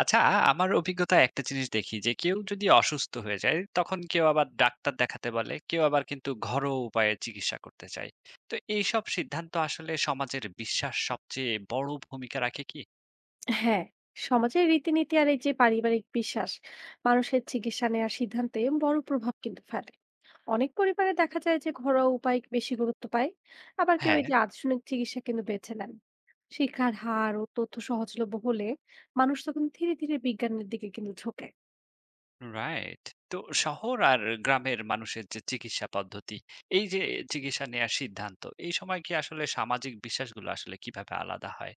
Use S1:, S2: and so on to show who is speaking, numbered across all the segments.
S1: আচ্ছা, আমার অভিজ্ঞতায় একটা জিনিস দেখি যে কেউ যদি অসুস্থ হয়ে যায় তখন কেউ আবার ডাক্তার দেখাতে বলে, কেউ আবার কিন্তু ঘরোয়া উপায়ে চিকিৎসা করতে চায়। তো এইসব সিদ্ধান্ত আসলে সমাজের বিশ্বাস সবচেয়ে বড় ভূমিকা রাখে কি?
S2: হ্যাঁ, সমাজের রীতিনীতি আর এই যে পারিবারিক বিশ্বাস মানুষের চিকিৎসা নেওয়ার সিদ্ধান্তে বড় প্রভাব কিন্তু ফেলে। অনেক পরিবারে দেখা যায় যে ঘরোয়া উপায় বেশি গুরুত্ব পায়, আবার কেউ
S1: হ্যাঁ,
S2: এই যে আধুনিক চিকিৎসা কিন্তু বেছে নেন। শিক্ষার হার ও তথ্য সহজলভ্য হলে মানুষ তখন ধীরে ধীরে বিজ্ঞানের দিকে কিন্তু ঝোঁকে।
S1: রাইট। তো শহর আর গ্রামের মানুষের যে চিকিৎসা পদ্ধতি, এই যে চিকিৎসা নেয়ার সিদ্ধান্ত, এই সময় কি আসলে সামাজিক বিশ্বাসগুলো আসলে কিভাবে আলাদা হয়?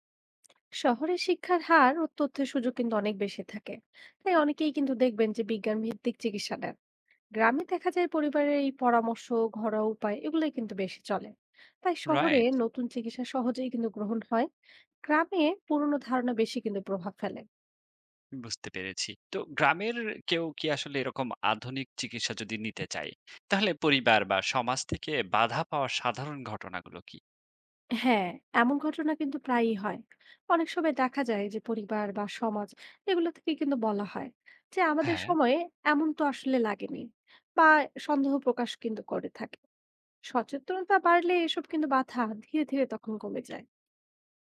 S2: শহরে শিক্ষার হার ও তথ্যের সুযোগ কিন্তু অনেক বেশি থাকে, তাই অনেকেই কিন্তু দেখবেন যে বিজ্ঞান ভিত্তিক চিকিৎসা নেন। গ্রামে দেখা যায় পরিবারের এই পরামর্শ, ঘরোয়া উপায় এগুলোই কিন্তু বেশি চলে। তাই শহরে
S1: রাইট।
S2: নতুন চিকিৎসা সহজেই কিন্তু গ্রহণ হয়, গ্রামে পুরনো ধারণা বেশি কিন্তু প্রভাব ফেলে।
S1: বুঝতে পেরেছি। তো গ্রামের কেউ কি আসলে এরকম আধুনিক চিকিৎসা যদি নিতে চায়, তাহলে পরিবার বা সমাজ থেকে বাধা পাওয়ার সাধারণ ঘটনাগুলো কি?
S2: হ্যাঁ, এমন ঘটনা কিন্তু প্রায়ই হয়। অনেক সময় দেখা যায় যে পরিবার বা সমাজ এগুলো থেকে কিন্তু বলা হয় যে আমাদের
S1: হ্যাঁ,
S2: সময়ে এমন তো আসলে লাগেনি, বা সন্দেহ প্রকাশ কিন্তু করে থাকে। সচেতনতা বাড়লে এসব কিন্তু বাধা ধীরে ধীরে তখন কমে যায়।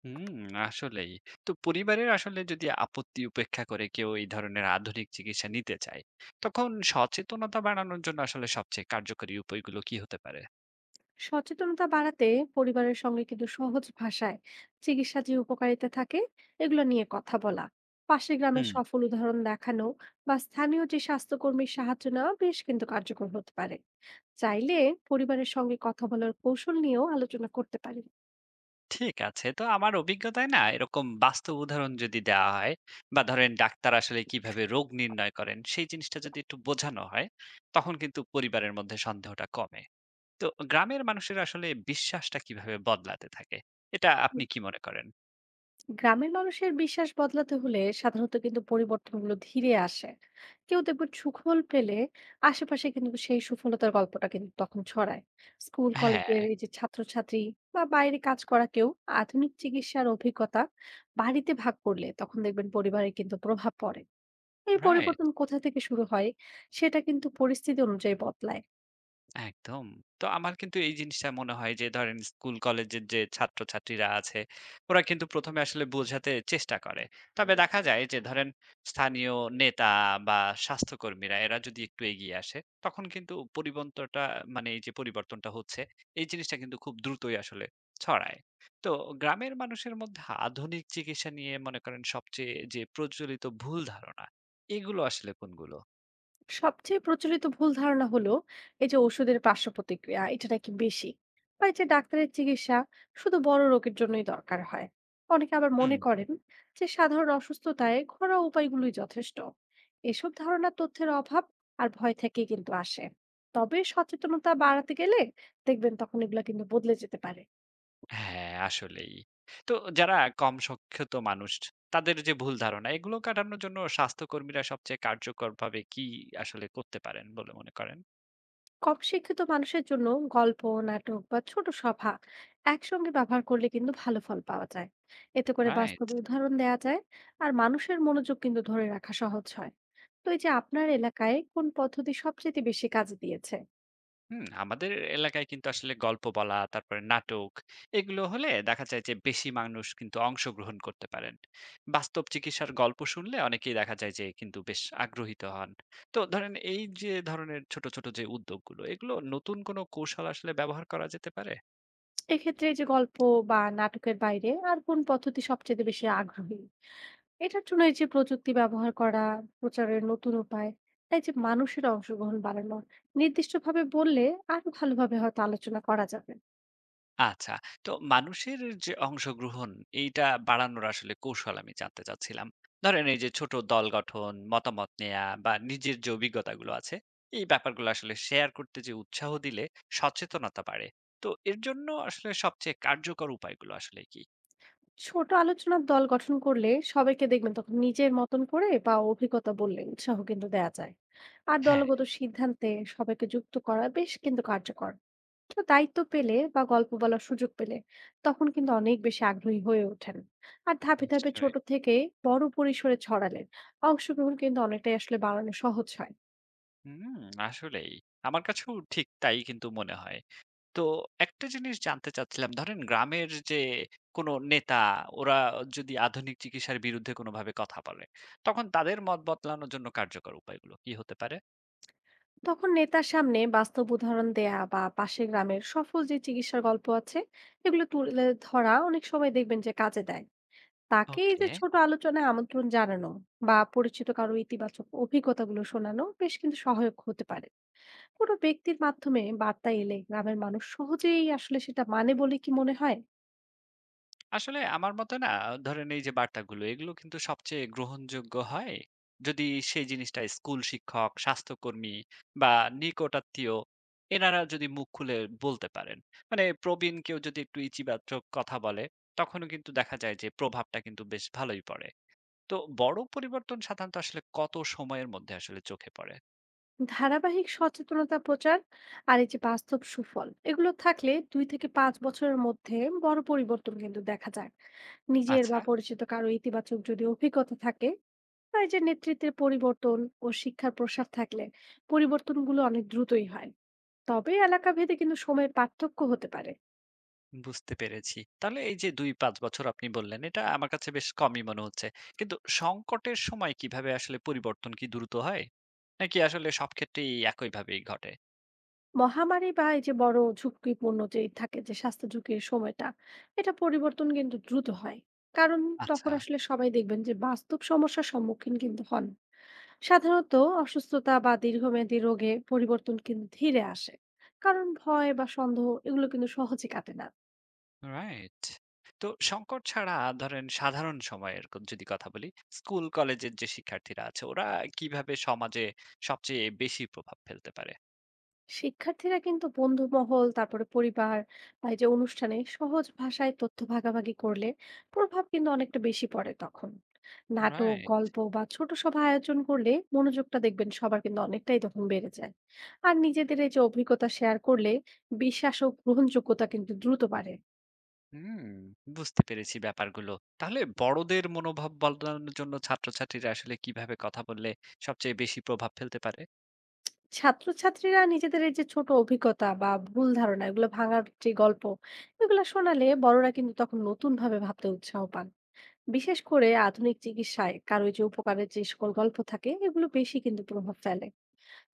S1: হুম, আসলেই। তো পরিবারের আসলে যদি আপত্তি উপেক্ষা করে কেউ এই ধরনের আধুনিক চিকিৎসা নিতে চায়, তখন সচেতনতা বাড়ানোর জন্য আসলে সবচেয়ে কার্যকরী উপায়গুলো কি হতে পারে?
S2: সচেতনতা বাড়াতে পরিবারের সঙ্গে কিন্তু সহজ ভাষায় চিকিৎসা যে উপকারিতা থাকে এগুলো নিয়ে কথা বলা, পাশের গ্রামের
S1: হুম।
S2: সফল উদাহরণ দেখানো, বা স্থানীয় যে স্বাস্থ্যকর্মীর সাহায্য নেওয়া বেশ কিন্তু কার্যকর হতে পারে। চাইলে পরিবারের সঙ্গে কথা বলার কৌশল নিয়েও আলোচনা করতে পারি।
S1: ঠিক আছে। তো আমার অভিজ্ঞতায় না এরকম বাস্তব উদাহরণ যদি দেওয়া হয় বা ধরেন ডাক্তার আসলে কিভাবে রোগ নির্ণয় করেন সেই জিনিসটা যদি একটু বোঝানো হয় তখন কিন্তু পরিবারের মধ্যে সন্দেহটা কমে। তো গ্রামের মানুষের আসলে বিশ্বাসটা কিভাবে বদলাতে থাকে এটা আপনি কি মনে করেন?
S2: গ্রামের মানুষের বিশ্বাস বদলাতে হলে সাধারণত কিন্তু পরিবর্তনগুলো ধীরে আসে। কেউ দেখবেন সুফল পেলে আশেপাশে কিন্তু সেই সফলতার গল্পটা কিন্তু তখন ছড়ায়। স্কুল
S1: হ্যাঁ,
S2: কলেজের এই যে ছাত্রছাত্রী বা বাইরে কাজ করা কেউ আধুনিক চিকিৎসার অভিজ্ঞতা বাড়িতে ভাগ করলে তখন দেখবেন পরিবারে কিন্তু প্রভাব পড়ে। এই
S1: রাইট।
S2: পরিবর্তন কোথা থেকে শুরু হয় সেটা কিন্তু পরিস্থিতি অনুযায়ী বদলায়।
S1: একদম। তো আমার কিন্তু এই জিনিসটা মনে হয় যে ধরেন স্কুল কলেজের যে ছাত্রছাত্রীরা আছে, ওরা কিন্তু ১ম এ আসলে বোঝাতে চেষ্টা করে। তবে দেখা যায় যে ধরেন স্থানীয় নেতা বা স্বাস্থ্যকর্মীরা এরা যদি একটু এগিয়ে আসে, তখন কিন্তু পরিবন্তটা মানে এই যে পরিবর্তনটা হচ্ছে, এই জিনিসটা কিন্তু খুব দ্রুতই আসলে ছড়ায়। তো গ্রামের মানুষের মধ্যে আধুনিক চিকিৎসা নিয়ে মনে করেন সবচেয়ে যে প্রচলিত ভুল ধারণা, এগুলো আসলে কোনগুলো?
S2: সবচেয়ে প্রচলিত ভুল ধারণা হলো এই যে ওষুধের পার্শ্ব প্রতিক্রিয়া এটা নাকি বেশি, বা এই যে ডাক্তারের চিকিৎসা শুধু বড় রোগের জন্যই দরকার হয়। অনেকে আবার মনে
S1: হুম।
S2: করেন যে সাধারণ অসুস্থতায় ঘরোয়া উপায়গুলোই যথেষ্ট। এসব ধারণা তথ্যের অভাব আর ভয় থেকেই কিন্তু আসে। তবে সচেতনতা বাড়াতে গেলে দেখবেন তখন এগুলা কিন্তু বদলে যেতে পারে।
S1: হ্যাঁ, আসলেই। তো যারা কম সক্ষত মানুষ তাদের যে ভুল ধারণা এগুলো কাটানোর জন্য স্বাস্থ্যকর্মীরা সবচেয়ে কার্যকরভাবে কি আসলে করতে পারেন বলে মনে করেন?
S2: কম শিক্ষিত মানুষের জন্য গল্প, নাটক বা ছোট সভা একসঙ্গে ব্যবহার করলে কিন্তু ভালো ফল পাওয়া যায়। এতে করে
S1: রাইট।
S2: বাস্তব উদাহরণ দেওয়া যায়, আর মানুষের মনোযোগ কিন্তু ধরে রাখা সহজ হয়। তো এই যে আপনার এলাকায় কোন পদ্ধতি সবচেয়ে বেশি কাজে দিয়েছে?
S1: হুম, আমাদের এলাকায় কিন্তু আসলে গল্প বলা, তারপরে নাটক এগুলো হলে দেখা যায় যে বেশি মানুষ কিন্তু অংশগ্রহণ করতে পারেন। বাস্তব চিকিৎসার গল্প শুনলে অনেকেই দেখা যায় যে কিন্তু বেশ আগ্রহীত হন। তো ধরেন এই যে ধরনের ছোট, ছোট যে উদ্যোগগুলো এগুলো নতুন কোনো কৌশল আসলে ব্যবহার করা যেতে পারে?
S2: এক্ষেত্রে এই যে গল্প বা নাটকের বাইরে আর কোন পদ্ধতি সবচেয়ে বেশি আগ্রহী, এটার জন্য এই যে প্রযুক্তি ব্যবহার করা, প্রচারের নতুন উপায়, তাই যে মানুষের অংশগ্রহণ বাড়ানো নির্দিষ্টভাবে বললে আরো ভালোভাবে হয়তো আলোচনা করা যাবে।
S1: আচ্ছা। তো মানুষের যে অংশগ্রহণ এইটা বাড়ানোর আসলে কৌশল আমি জানতে চাচ্ছিলাম। ধরেন এই যে ছোট দল গঠন, মতামত নেয়া বা নিজের যে অভিজ্ঞতাগুলো আছে, এই ব্যাপারগুলো আসলে শেয়ার করতে যে উৎসাহ দিলে সচেতনতা বাড়ে। তো এর জন্য আসলে সবচেয়ে কার্যকর উপায়গুলো আসলে কি?
S2: ছোট আলোচনার দল গঠন করলে সবাইকে দেখবেন তখন নিজের মতন করে বা অভিজ্ঞতা বললে উৎসাহ কিন্তু দেয়া যায়। আর
S1: হ্যাঁ,
S2: দলগত সিদ্ধান্তে সবাইকে যুক্ত করা বেশ কিন্তু কার্যকর। তো দায়িত্ব পেলে বা গল্প বলার সুযোগ পেলে তখন কিন্তু অনেক বেশি আগ্রহী হয়ে ওঠেন। আর ধাপে ধাপে
S1: নিশ্চয়ই।
S2: ছোট থেকে বড় পরিসরে ছড়ালে অংশগ্রহণ কিন্তু অনেকটাই আসলে বাড়ানো সহজ হয়।
S1: হুম, আসলেই। আমার কাছেও ঠিক তাই কিন্তু মনে হয়। তো একটা জিনিস জানতে চাচ্ছিলাম, ধরেন গ্রামের যে কোনো নেতা, ওরা যদি আধুনিক চিকিৎসার বিরুদ্ধে কোনোভাবে কথা বলে, তখন তাদের মত বদলানোর জন্য কার্যকর উপায়গুলো কি হতে পারে?
S2: তখন নেতার সামনে বাস্তব উদাহরণ দেয়া বা পাশের গ্রামের সফল যে চিকিৎসার গল্প আছে এগুলো তুলে ধরা অনেক সময় দেখবেন যে কাজে দেয়। তাকে এই যে
S1: ওকে।
S2: ছোট আলোচনায় আমন্ত্রণ জানানো বা পরিচিত কারো ইতিবাচক অভিজ্ঞতাগুলো শোনানো বেশ কিন্তু সহায়ক হতে পারে। কোনো ব্যক্তির মাধ্যমে বার্তা এলে গ্রামের মানুষ সহজেই আসলে সেটা মানে, বলে কি মনে হয়?
S1: আসলে আমার মতে না ধরেন এই যে বার্তাগুলো, এগুলো কিন্তু সবচেয়ে গ্রহণযোগ্য হয় যদি সেই জিনিসটা স্কুল শিক্ষক, স্বাস্থ্যকর্মী বা নিকটাত্মীয় এনারা যদি মুখ খুলে বলতে পারেন। মানে প্রবীণ কেউ যদি একটু ইচিবাচক কথা বলে, তখনও কিন্তু দেখা যায় যে প্রভাবটা কিন্তু বেশ ভালোই পড়ে। তো বড় পরিবর্তন সাধারণত আসলে কত সময়ের মধ্যে আসলে চোখে পড়ে?
S2: ধারাবাহিক সচেতনতা প্রচার আর এই যে বাস্তব সুফল এগুলো থাকলে 2 থেকে 5 বছরের মধ্যে বড় পরিবর্তন কিন্তু দেখা যায়। নিজের
S1: আচ্ছা,
S2: বা পরিচিত কারো ইতিবাচক যদি অভিজ্ঞতা থাকে, বা এই যে নেতৃত্বের পরিবর্তন ও শিক্ষার প্রসার থাকলে পরিবর্তনগুলো অনেক দ্রুতই হয়। তবে এলাকা ভেদে কিন্তু সময়ের পার্থক্য হতে পারে।
S1: বুঝতে পেরেছি। তাহলে এই যে ২-৫ বছর আপনি বললেন, এটা আমার কাছে বেশ কমই মনে হচ্ছে। কিন্তু সংকটের সময় কিভাবে আসলে পরিবর্তন কি দ্রুত হয়? নাকি আসলে সব ক্ষেত্রেই একইভাবেই ঘটে?
S2: মহামারী বা এই যে বড় ঝুঁকিপূর্ণ যে থাকে যে স্বাস্থ্য ঝুঁকির সময়টা, এটা পরিবর্তন কিন্তু দ্রুত হয়। কারণ
S1: আচ্ছা,
S2: তখন আসলে সবাই দেখবেন যে বাস্তব সমস্যার সম্মুখীন কিন্তু হন। সাধারণত অসুস্থতা বা দীর্ঘমেয়াদী রোগে পরিবর্তন কিন্তু ধীরে আসে, কারণ ভয় বা সন্দেহ এগুলো কিন্তু সহজে কাটে না।
S1: রাইট। তো সংকট ছাড়া ধরেন সাধারণ সময়ের ক যদি কথা বলি, স্কুল কলেজের যে শিক্ষার্থীরা আছে ওরা কিভাবে সমাজে সবচেয়ে বেশি প্রভাব ফেলতে পারে?
S2: শিক্ষার্থীরা কিন্তু বন্ধুমহল, তারপরে পরিবার বা এই যে অনুষ্ঠানে সহজ ভাষায় তথ্য ভাগাভাগি করলে প্রভাব কিন্তু অনেকটা বেশি পড়ে তখন। নাটক,
S1: রাইট।
S2: গল্প বা ছোট সভা আয়োজন করলে মনোযোগটা দেখবেন সবার কিন্তু অনেকটাই তখন বেড়ে যায়। আর নিজেদের এই যে অভিজ্ঞতা শেয়ার করলে বিশ্বাস ও গ্রহণযোগ্যতা কিন্তু দ্রুত বাড়ে।
S1: হুম, বুঝতে পেরেছি ব্যাপারগুলো। তাহলে বড়দের মনোভাব বদলানোর জন্য ছাত্রছাত্রীরা আসলে কিভাবে কথা বললে সবচেয়ে বেশি প্রভাব ফেলতে পারে?
S2: ছাত্রছাত্রীরা নিজেদের এই যে ছোট অভিজ্ঞতা বা ভুল ধারণা এগুলো ভাঙার যে গল্প এগুলো শোনালে বড়রা কিন্তু তখন নতুন ভাবে ভাবতে উৎসাহ পান। বিশেষ করে আধুনিক চিকিৎসায় কারো এই যে উপকারের যে সকল গল্প থাকে এগুলো বেশি কিন্তু প্রভাব ফেলে।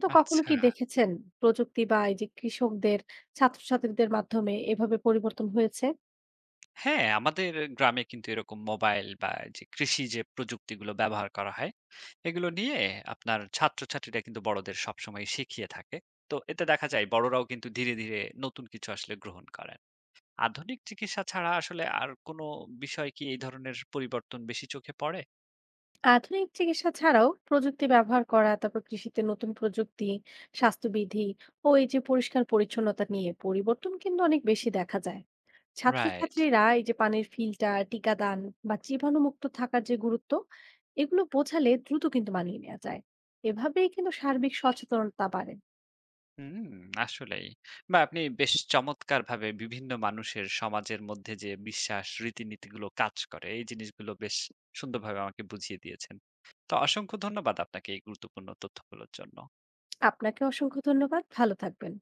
S2: তো কখনো
S1: আচ্ছা।
S2: কি দেখেছেন প্রযুক্তি বা এই যে কৃষকদের ছাত্রছাত্রীদের মাধ্যমে এভাবে পরিবর্তন হয়েছে?
S1: হ্যাঁ, আমাদের গ্রামে কিন্তু এরকম মোবাইল বা যে কৃষি যে প্রযুক্তিগুলো ব্যবহার করা হয়, এগুলো নিয়ে আপনার ছাত্রছাত্রীরা কিন্তু বড়দের সবসময় শিখিয়ে থাকে। তো এতে দেখা যায় বড়রাও কিন্তু ধীরে, ধীরে নতুন কিছু আসলে গ্রহণ করেন। আধুনিক চিকিৎসা ছাড়া আসলে আর কোনো বিষয় কি এই ধরনের পরিবর্তন বেশি চোখে পড়ে?
S2: আধুনিক চিকিৎসা ছাড়াও প্রযুক্তি ব্যবহার করা, তারপর কৃষিতে নতুন প্রযুক্তি, স্বাস্থ্যবিধি ও এই যে পরিষ্কার পরিচ্ছন্নতা নিয়ে পরিবর্তন কিন্তু অনেক বেশি দেখা যায়।
S1: রাইট।
S2: ছাত্রছাত্রীরা এই যে পানির ফিল্টার, টিকাদান বা জীবাণুমুক্ত থাকার যে গুরুত্ব এগুলো বোঝালে দ্রুত কিন্তু মানিয়ে নেওয়া যায়। এভাবেই কিন্তু সার্বিক সচেতনতা বাড়ে।
S1: হুম, আসলেই। বা আপনি বেশ চমৎকারভাবে বিভিন্ন মানুষের সমাজের মধ্যে যে বিশ্বাস, রীতিনীতিগুলো কাজ করে, এই জিনিসগুলো বেশ সুন্দরভাবে আমাকে বুঝিয়ে দিয়েছেন। তো অসংখ্য ধন্যবাদ আপনাকে এই গুরুত্বপূর্ণ তথ্যগুলোর জন্য।
S2: আপনাকে অসংখ্য ধন্যবাদ, ভালো থাকবেন।